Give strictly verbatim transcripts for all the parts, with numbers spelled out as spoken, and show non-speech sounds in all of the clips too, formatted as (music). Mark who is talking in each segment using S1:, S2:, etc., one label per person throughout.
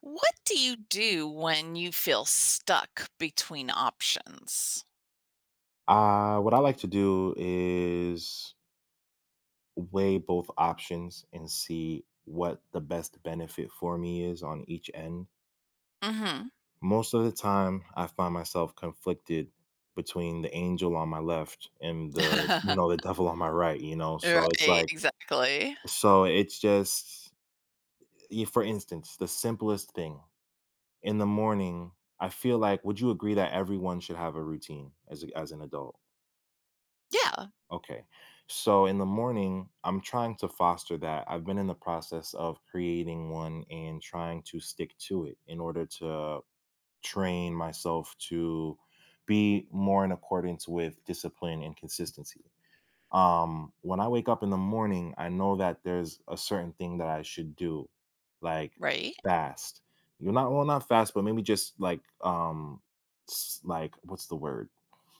S1: What do you do when you feel stuck between options?
S2: Uh, what I like to do is weigh both options and see what the best benefit for me is on each end.
S1: Mhm.
S2: Most of the time, I find myself conflicted between the angel on my left and the you know
S1: (laughs)
S2: the devil on my right. You know, so it's
S1: Right,
S2: like
S1: exactly.
S2: so it's just y- for instance, the simplest thing in the morning. I feel like would you agree that everyone should have a routine as a, as an adult?
S1: Yeah,
S2: Okay. So in the morning, I'm trying to foster that. I've been in the process of creating one and trying to stick to it in order to train myself to be more in accordance with discipline and consistency. Um, when I wake up in the morning, I know that there's a certain thing that I should do, like
S1: right.
S2: fast. You're not well, not fast, but maybe just like um, s- like what's the word?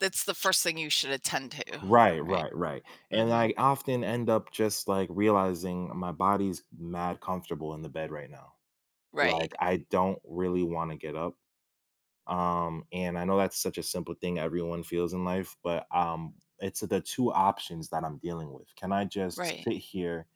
S1: That's the first thing you should attend to,
S2: Right,
S1: right?
S2: right, right, And
S1: Mhm.
S2: I often end up just, like, realizing my body's mad comfortable in the bed right now.
S1: Right,
S2: Like, I don't really wanna get up, um, and I know that's such a simple thing everyone feels in life, but, um, it's the two options that I'm dealing with. Can I just
S1: right.
S2: sit here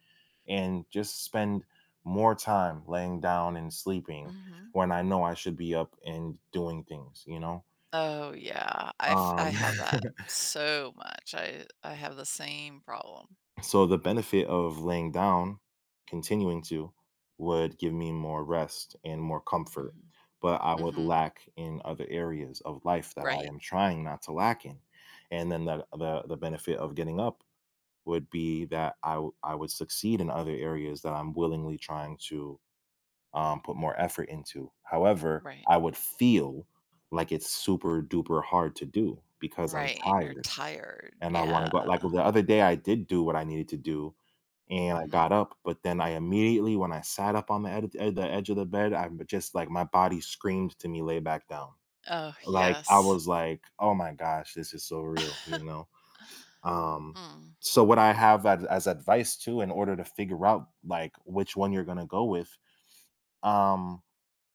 S2: and just spend more time laying down and sleeping
S1: Mhm.
S2: when I know I should be up and doing things, you know?
S1: Oh, yeah. I've I
S2: Um
S1: have that
S2: (laughs)
S1: so much. I I have the same problem.
S2: So the benefit of laying down, continuing to, would give me more rest and more comfort,
S1: Mhm.
S2: but I would
S1: Mhm.
S2: lack in other areas of life that I
S1: Right,
S2: am trying not to lack in. And then the the, the benefit of getting up would be that I w- I would succeed in other areas that I'm willingly trying to um, put more effort into. However,
S1: right,
S2: I would feel like it's super duper hard to do because I'm
S1: right, and you're
S2: tired
S1: tired.
S2: and I wanna go out.
S1: Yeah.
S2: Like, the other day, I did do what I needed to do, and I got
S1: Mhm.
S2: up, but then I immediately when I sat up on the ed ed the edge of the bed, I'm just like, my body screamed to me, "Lay back down."
S1: Oh,
S2: Like, I
S1: yes.
S2: was like, "Oh my gosh, this is so real," you
S1: (laughs)
S2: know? Um,
S1: Mm.
S2: so what I have ad as advice too, in order to figure out, like, which one you're gonna go with, um,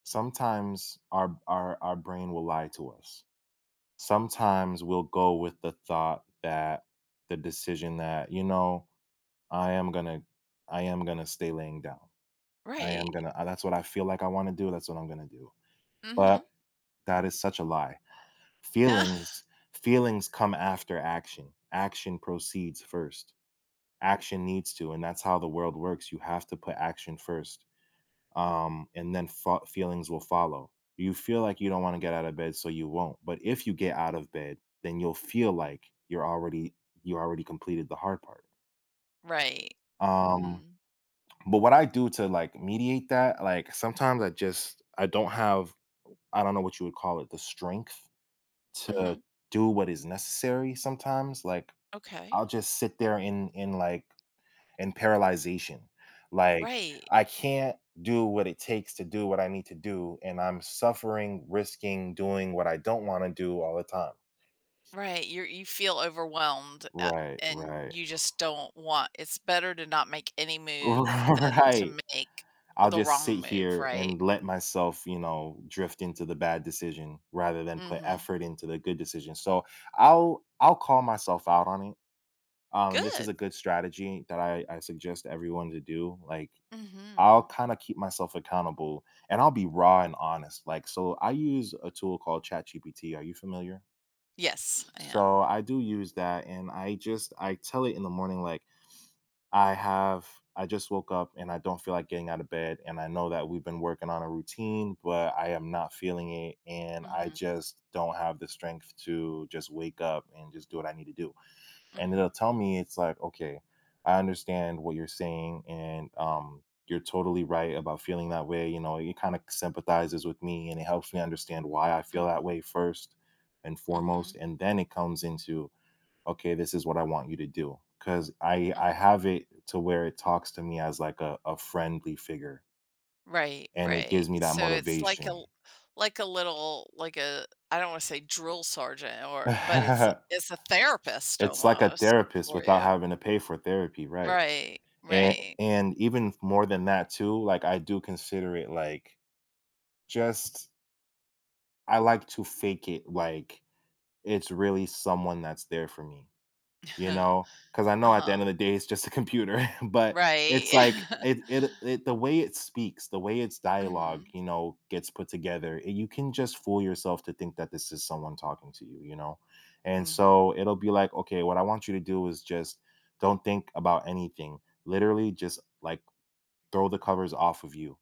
S2: sometimes our our our brain will lie to us sometimes we'll go with the thought that the decision that you know i am gonna I am gonna stay laying down. I am
S1: Right.
S2: gonna uh, that's what I feel like I want to do. That's what I'm gonna do.
S1: Mhm.
S2: But that is such a lie. feelings
S1: (laughs)
S2: Feelings come after action. Action proceeds first. Action needs to And that's how the world works. You have to put action first. Um, and then fo- feelings will follow. You feel like you don't want to get out of bed, so you won't. But if you get out of bed, then you'll feel like you're already you already completed the hard part.
S1: Right.
S2: Um,
S1: Mhm.
S2: but what I do to like mediate that, like sometimes I just I don't have I don't know what you would call it the strength to
S1: Mhm.
S2: do what is necessary. Sometimes like
S1: Okay.
S2: I'll just sit there in in like and paralyzation. Like,
S1: Right.
S2: I can't do what it takes to do what I need to do, and I'm suffering, risking doing what I don't wanna do all the time.
S1: Right. You you feel overwhelmed, a
S2: Right,
S1: and
S2: right.
S1: you just don't want, it's better to not make any
S2: (laughs)
S1: move than to
S2: Right.
S1: make
S2: I'll
S1: the
S2: just sit
S1: wrong move,
S2: here
S1: right?
S2: and let myself, you know, drift into the bad decision rather than put
S1: Mhm.
S2: effort into the good decision. So, I'll I'll call myself out on it. Um, and this is
S1: Good.
S2: a good strategy that I I suggest everyone to do, like, I'll
S1: Mhm.
S2: kind of keep myself accountable and I'll be raw and honest. Like, so I use a tool called ChatGPT. Are you familiar?
S1: Yes, I am.
S2: So I do use that and I just I tell it in the morning like I have I just woke up and I don't feel like getting out of bed and I know that we've been working on a routine but I am not feeling it and I
S1: Mhm.
S2: just don't have the strength to just wake up and just do what I need to do. And it'll
S1: Mhm.
S2: tell me it's like okay I understand what you're saying and um you're totally right about feeling that way, you know. It kind of sympathizes with me and it helps me understand why I feel that
S1: Mhm.
S2: way first and
S1: Mhm.
S2: foremost.
S1: Mhm.
S2: And then it comes into okay this is what I want you to do, because i i
S1: Mhm.
S2: have it to where it talks to me as like a, a friendly figure
S1: Right,
S2: and it
S1: right.
S2: gives me that
S1: So it's like a,
S2: motivation.
S1: like a little, like a I don't wanna say drill sergeant,
S2: (laughs)
S1: or, but it's
S2: It's
S1: it's a therapist
S2: like a
S1: almost
S2: therapist
S1: for
S2: without
S1: you.
S2: having to pay for therapy. Right.
S1: Right,
S2: And
S1: right.
S2: and even more than that too, like, I do consider it, like, just I like to fake it like it's really someone that's there for me, you
S1: (laughs)
S2: know. Because I know at the end
S1: Uh-huh.
S2: of the day, it's just a computer, (laughs) but
S1: Right.
S2: it's like
S1: (laughs)
S2: it it it the way it speaks, the way its dialogue,
S1: Mhm,
S2: you know, gets put together, and you can just fool yourself to think that this is someone talking to you, you know? And
S1: mhm,
S2: so it'll be like, "Okay, what I want you to do is just don't think about anything. Literally just, like, throw the covers off of you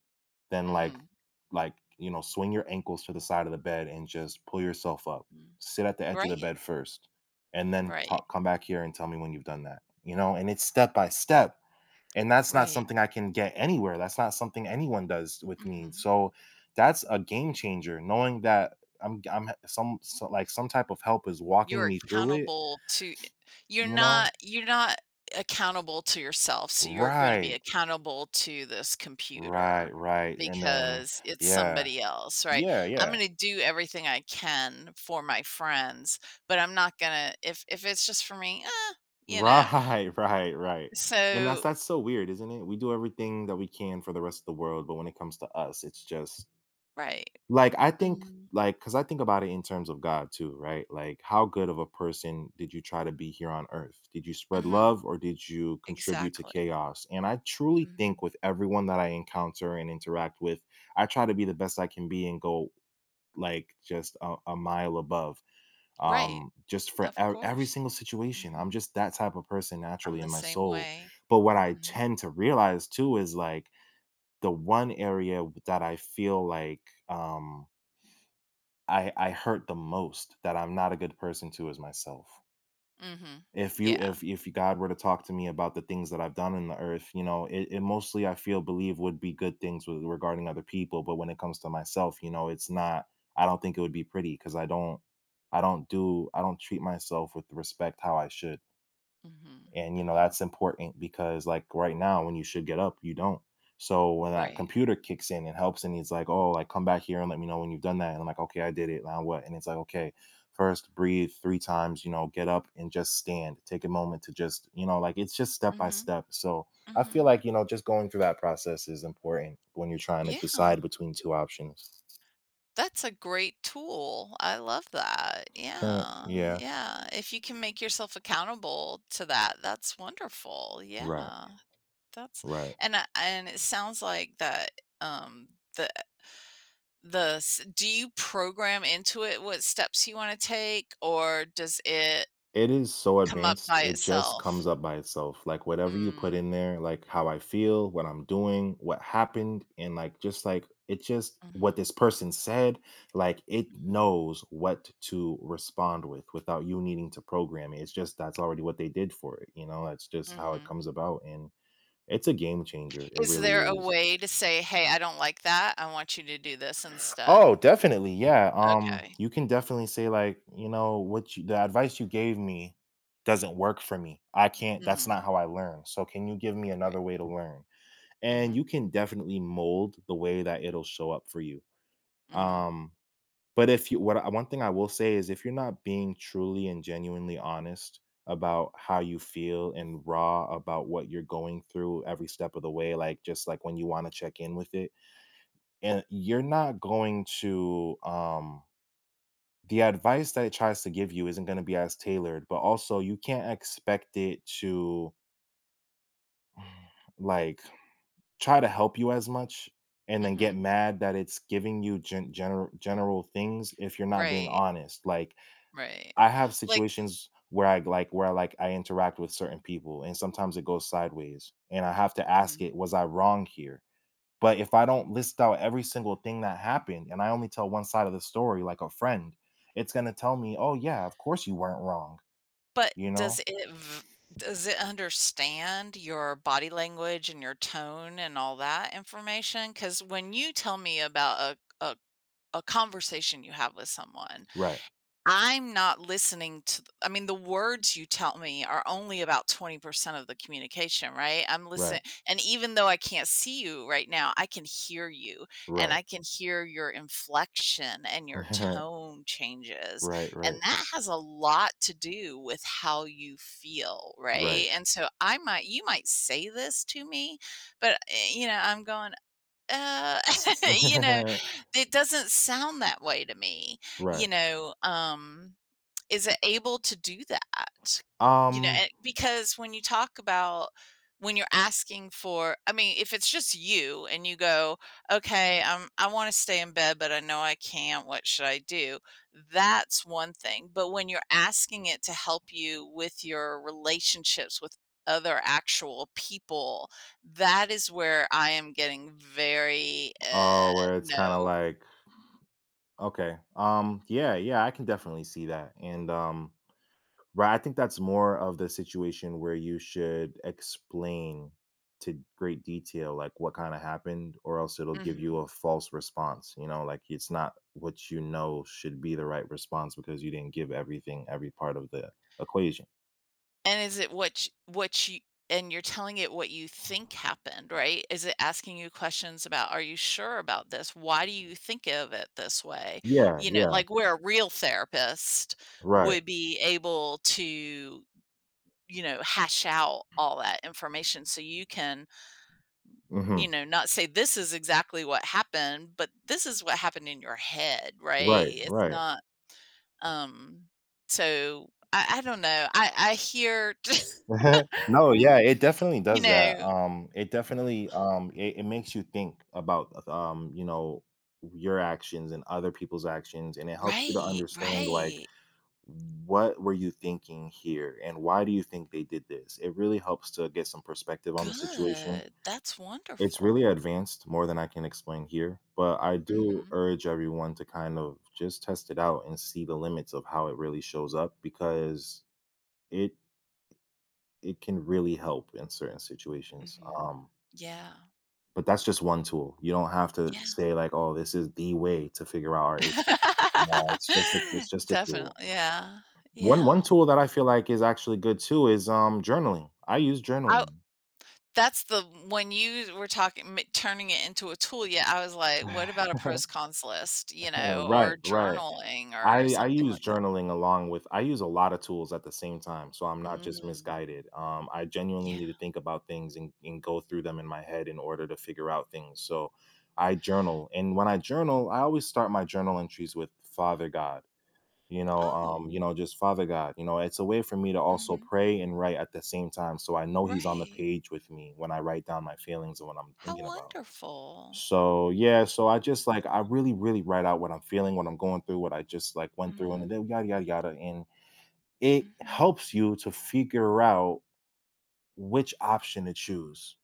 S2: then like
S1: mhm,
S2: like you know swing your ankles to the side of the bed and just pull yourself up.
S1: mm.
S2: Sit at the edge of the
S1: Right,
S2: bed first and then
S1: right,
S2: talk, come back here and tell me when you've done that, you know. And it's step by step and that's not
S1: right.
S2: something I can get anywhere. That's not something anyone does with me.
S1: Mhm.
S2: So that's a game changer knowing that I'm I'm some so, like some type of help is walking
S1: You're
S2: me through it,
S1: accountable to you're
S2: you
S1: not
S2: know.
S1: you're not accountable to yourself, so you're gonna be
S2: Right,
S1: accountable to this
S2: right,
S1: computer
S2: right. And then
S1: because it's
S2: yeah,
S1: somebody else, right?
S2: yeah
S1: I'm
S2: yeah
S1: gonna do everything I can for my friends, but I'm not gonna, if if it's just for me, eh, you know?
S2: Right, (laughs) right, right, and that's
S1: So.
S2: that's so weird, isn't it? We do everything that we can for the rest of the world, but when it comes to us, it's just
S1: Right.
S2: like I think
S1: Mhm.
S2: like, cause I think about it in terms of God too, right? Like, how good of a person did you try to be here on earth? Did you spread
S1: Mhm.
S2: love or did you contribute to
S1: Exactly.
S2: chaos? And I truly
S1: Mhm.
S2: think with everyone that I encounter and interact with, I try to be the best I can be and go like just a, a mile above
S1: Right.
S2: um just for
S1: Of
S2: ev- every
S1: course.
S2: single situation. I'm
S1: Mhm.
S2: just that type of person
S1: I'm
S2: naturally
S1: the
S2: in my
S1: same
S2: soul.
S1: way.
S2: But what I
S1: Mhm.
S2: tend to realize too is like the one area that I feel like um i i hurt the most that I'm not a good person to is myself.
S1: Mhm.
S2: If you
S1: Yeah.
S2: if if God were to talk to me about the things that I've done in the earth, you know it, it mostly I feel believe would be good things with regarding other people, but when it comes to myself, you know, it's not. I don't think it would be pretty because i don't i don't do I don't treat myself with the respect how I should.
S1: Mhm,
S2: And you know
S1: mhm,
S2: that's important because like right now when you should get up you don't. So when that
S1: right.
S2: computer kicks in and helps and he's like oh like come back here and let me know when you've done that, and I'm like okay I did it now what, and it's like okay first breathe three times, you know, get up and just stand, take a moment to just, you know, like it's just step by
S1: Mhm,
S2: step. So I feel
S1: mhm.
S2: like, you know, just going through that process is important when you're trying to
S1: Yeah,
S2: decide between two options.
S1: that's a great tool. I love that.
S2: (laughs)
S1: Yeah,
S2: Yeah,
S1: yeah. If you can make yourself accountable to that, that's wonderful.
S2: right,
S1: Yeah, that's
S2: right.
S1: and I and it sounds like that. um, the the s Do you program into it what steps you wanna take, or does it
S2: It is so
S1: come up
S2: advanced,
S1: by
S2: it just comes
S1: itself?
S2: up by itself. Like whatever you put
S1: Mm,
S2: in there, like how I feel, what I'm doing, what happened, and like just like it just what
S1: mhm,
S2: this person said, like it
S1: mhm,
S2: knows what to respond with without you needing to program it. It's just that's already what they did for it, you know. That's just how it
S1: mhm.
S2: comes about. And it's a game changer. It
S1: Is there
S2: really
S1: a
S2: is.
S1: way to say, "Hey, I don't like that. I want you to do this instead?"
S2: Oh, definitely. Yeah. Um,
S1: Okay.
S2: you can definitely say like, you know, what you, the advice you gave me doesn't work for me. I can't, that's
S1: Mhm.
S2: not how I learn. So can you give me
S1: Right.
S2: another way to learn? And you
S1: Mhm.
S2: can definitely mold the way that it'll show up for you.
S1: Mhm.
S2: Um, but if you what I- one thing I will say is if you're not being truly and genuinely honest about how you feel and raw about what you're going through every step of the way, like just like when you want to check in with it, and you're not going to um the advice that it tries to give you isn't going to be as tailored, but also you can't expect it to (sighs) like try to help you as much and then get
S1: Mhm.
S2: mad that it's giving you gen- general general things if you're not being
S1: Right.
S2: honest. Like
S1: Right.
S2: I have
S1: Like.
S2: situations where I like where I like I interact with certain people and sometimes it goes sideways and I have to ask,
S1: Mhm.
S2: it was I wrong here? But if I don't list out every single thing that happened and I only tell one side of the story like a friend, it's going to tell me, "Oh yeah, of course you weren't wrong."
S1: But
S2: You
S1: does
S2: know?
S1: it v does it understand your body language and your tone and all that information? Because when you tell me about a a a conversation you have with someone,
S2: Right.
S1: I'm not listening to th I mean, the words you tell me are only about twenty percent of the communication, right? I'm listening,
S2: Right.
S1: and even though I can't see you right now, I can hear you, and
S2: Right.
S1: I can hear your inflection and your
S2: (laughs)
S1: tone changes,
S2: Right,
S1: and
S2: right,
S1: that has a lot to do with how you feel,
S2: right.
S1: right? And so I might you might say this to me, but, eh, you know, I'm going uh, (laughs) you know,
S2: (laughs)
S1: it doesn't sound that way to me, you
S2: Right.
S1: know, um, is it able to do that? You know,
S2: Um
S1: and because when you talk about when you're asking for I mean, if it's just you and you go, "Okay, um, I wanna stay in bed, but I know I can't. What should I do?" That's one thing, but when you're asking it to help you with your relationships with other actual people, that is where I am getting very, uh,
S2: oh, where it's kind of
S1: no.
S2: like, okay. Um yeah, yeah, I can definitely see that. And um right, I think that's more of the situation where you should explain to great detail, like, what kinda happened, or else it'll give you
S1: Mhm.
S2: a false response, you know? Like, it's not what you know should be the right response because you didn't give everything every part of the equation.
S1: And is it what sh what you and you're telling it what you think happened, right? Is it asking you questions about, "Are you sure about this? Why do you think of it this way?"
S2: Yeah,
S1: You know,
S2: yeah,
S1: like where a real therapist
S2: right,
S1: would be able to, you know, hash out all that information so you can, you
S2: mhm,
S1: know, not say, "This is exactly what happened," but, "This is what happened in your head," right?
S2: right,
S1: It's
S2: right.
S1: not. um so I I don't know. I I hear.
S2: (laughs) No,
S1: (laughs)
S2: yeah, it definitely
S1: (laughs) You
S2: does that.
S1: know
S2: Um, it definitely um, it, it makes you think about uh, um, you know, your actions and other people's actions, and it helps you to
S1: right,
S2: understand like
S1: right.
S2: what were you thinking here and why do you think they did this. It really helps to get some perspective on the situation.
S1: Good. That's
S2: It's really
S1: wonderful.
S2: advanced, more than I can explain here, but I do
S1: Mhm,
S2: urge everyone to kind of just test it out and see the limits of how it really shows up because it it can really help in certain situations.
S1: mhm.
S2: Um,
S1: Yeah,
S2: but that's just one tool. You don't have to
S1: yeah.
S2: say like, "Oh, this is the way to figure out our issues." No,
S1: (laughs)
S2: it's just a, it's just a tool.
S1: Definitely, yeah,
S2: One
S1: yeah.
S2: one tool that I feel like is actually good too is um journaling. I use
S1: I
S2: journaling.
S1: that's the when you were talking, ma turning it into a tool, yeah, I was like, "What about a
S2: (sighs)
S1: pros cons list?" You
S2: (laughs)
S1: know,
S2: Right,
S1: or
S2: right.
S1: journaling or
S2: I I
S1: something
S2: use
S1: like that.
S2: journaling along with I use a lot of tools at the same time, so I'm not just
S1: Mm,
S2: misguided. Um, I genuinely
S1: yeah.
S2: need to think about things and, and go through them in my head in order to figure out things. So I journal, and when I journal, I always start my journal entries with Father God. You know,
S1: Oh,
S2: um, you know, just Father God. You know, it's a way for me to also
S1: mhm,
S2: pray and write at the same time, so I know He's on the
S1: right.
S2: page with me when I write down my feelings and what I'm
S1: How
S2: thinking about.
S1: wonderful.
S2: So yeah, so I just
S1: Yeah.
S2: like I really, really write out what I'm feeling, what I'm going through, what I just like went through, and
S1: Mhm,
S2: then yada yada yada. And it
S1: mhm.
S2: helps you to figure out which option to choose.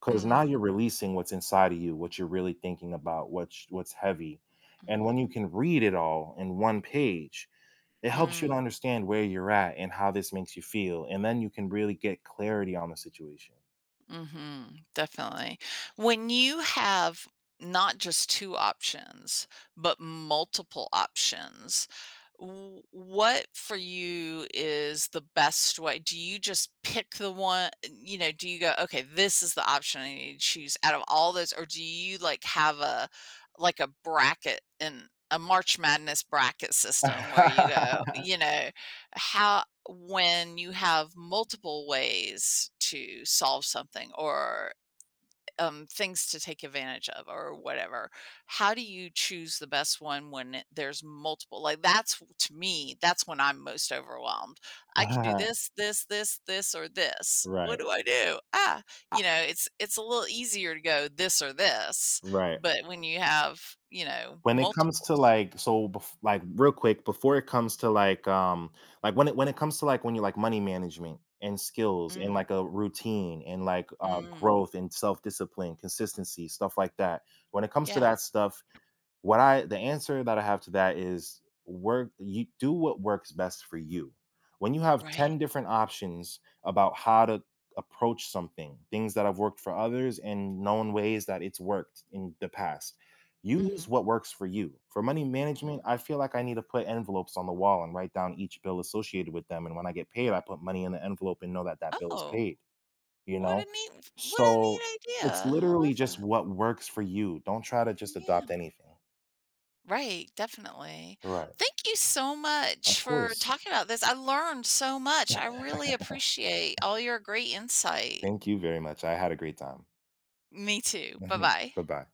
S2: Cause now you're
S1: Mm.
S2: releasing what's inside of you, what you're really thinking about, what's what's heavy. And when you
S1: Mhm.
S2: can read it all in one page, it helps you to
S1: Mm,
S2: understand where you're at and how this makes you feel. And then you can really get clarity on the situation.
S1: mhm, definitely. When you have not just two options, but multiple options, w what for you is the best way? Do you just pick the one, you know, do you go, "Okay, this is the option I need to choose out of all those," or do you, like, have a like a bracket and a March Madness bracket system, where you
S2: (laughs)
S1: go, you know how when you have multiple ways to solve something, or um, things to take advantage of, or whatever, how do you choose the best one when it- there's multiple? Like, that's to me, that's when I'm most overwhelmed. I could do
S2: (laughs)
S1: this, this, this, this, or this. What
S2: Right.
S1: do I do? Ah
S2: I-
S1: you know, it's it's a little easier to go this or this,
S2: right.
S1: but when you have, you know
S2: When it comes to,
S1: multiples.
S2: like so bef like, real quick, before it comes to, like, um like, when it when it comes to, like, when you like, money management and skills and,
S1: Mm,
S2: like, a routine and, like, uh,
S1: mm,
S2: growth and self-discipline, consistency, stuff like that. When it comes to
S1: yeah,
S2: that stuff, what I the answer that I have to that is work you do what works best for you. When you have
S1: right,
S2: ten different options about how to approach something, things that have worked for others and known ways that it's worked in the past. Use
S1: hmm.
S2: what works for you. For money management, I feel like I need to put envelopes on the wall and write down each bill associated with them. And when I get paid, I put money in the envelope and know that that bill is
S1: Oh,
S2: paid, you
S1: what a
S2: know?
S1: neat what a
S2: So
S1: neat
S2: it's
S1: idea. I
S2: literally
S1: love
S2: just
S1: that.
S2: what works for you. Don't try to just adopt
S1: Yeah.
S2: anything.
S1: Right, definitely.
S2: Right.
S1: Thank you so much
S2: Of
S1: for
S2: course.
S1: talking about this. I learned so much. I
S2: (laughs)
S1: really appreciate all your great insight.
S2: Thank you very much. I had a great time.
S1: Me too. Bye-bye.
S2: (laughs) Bye-bye.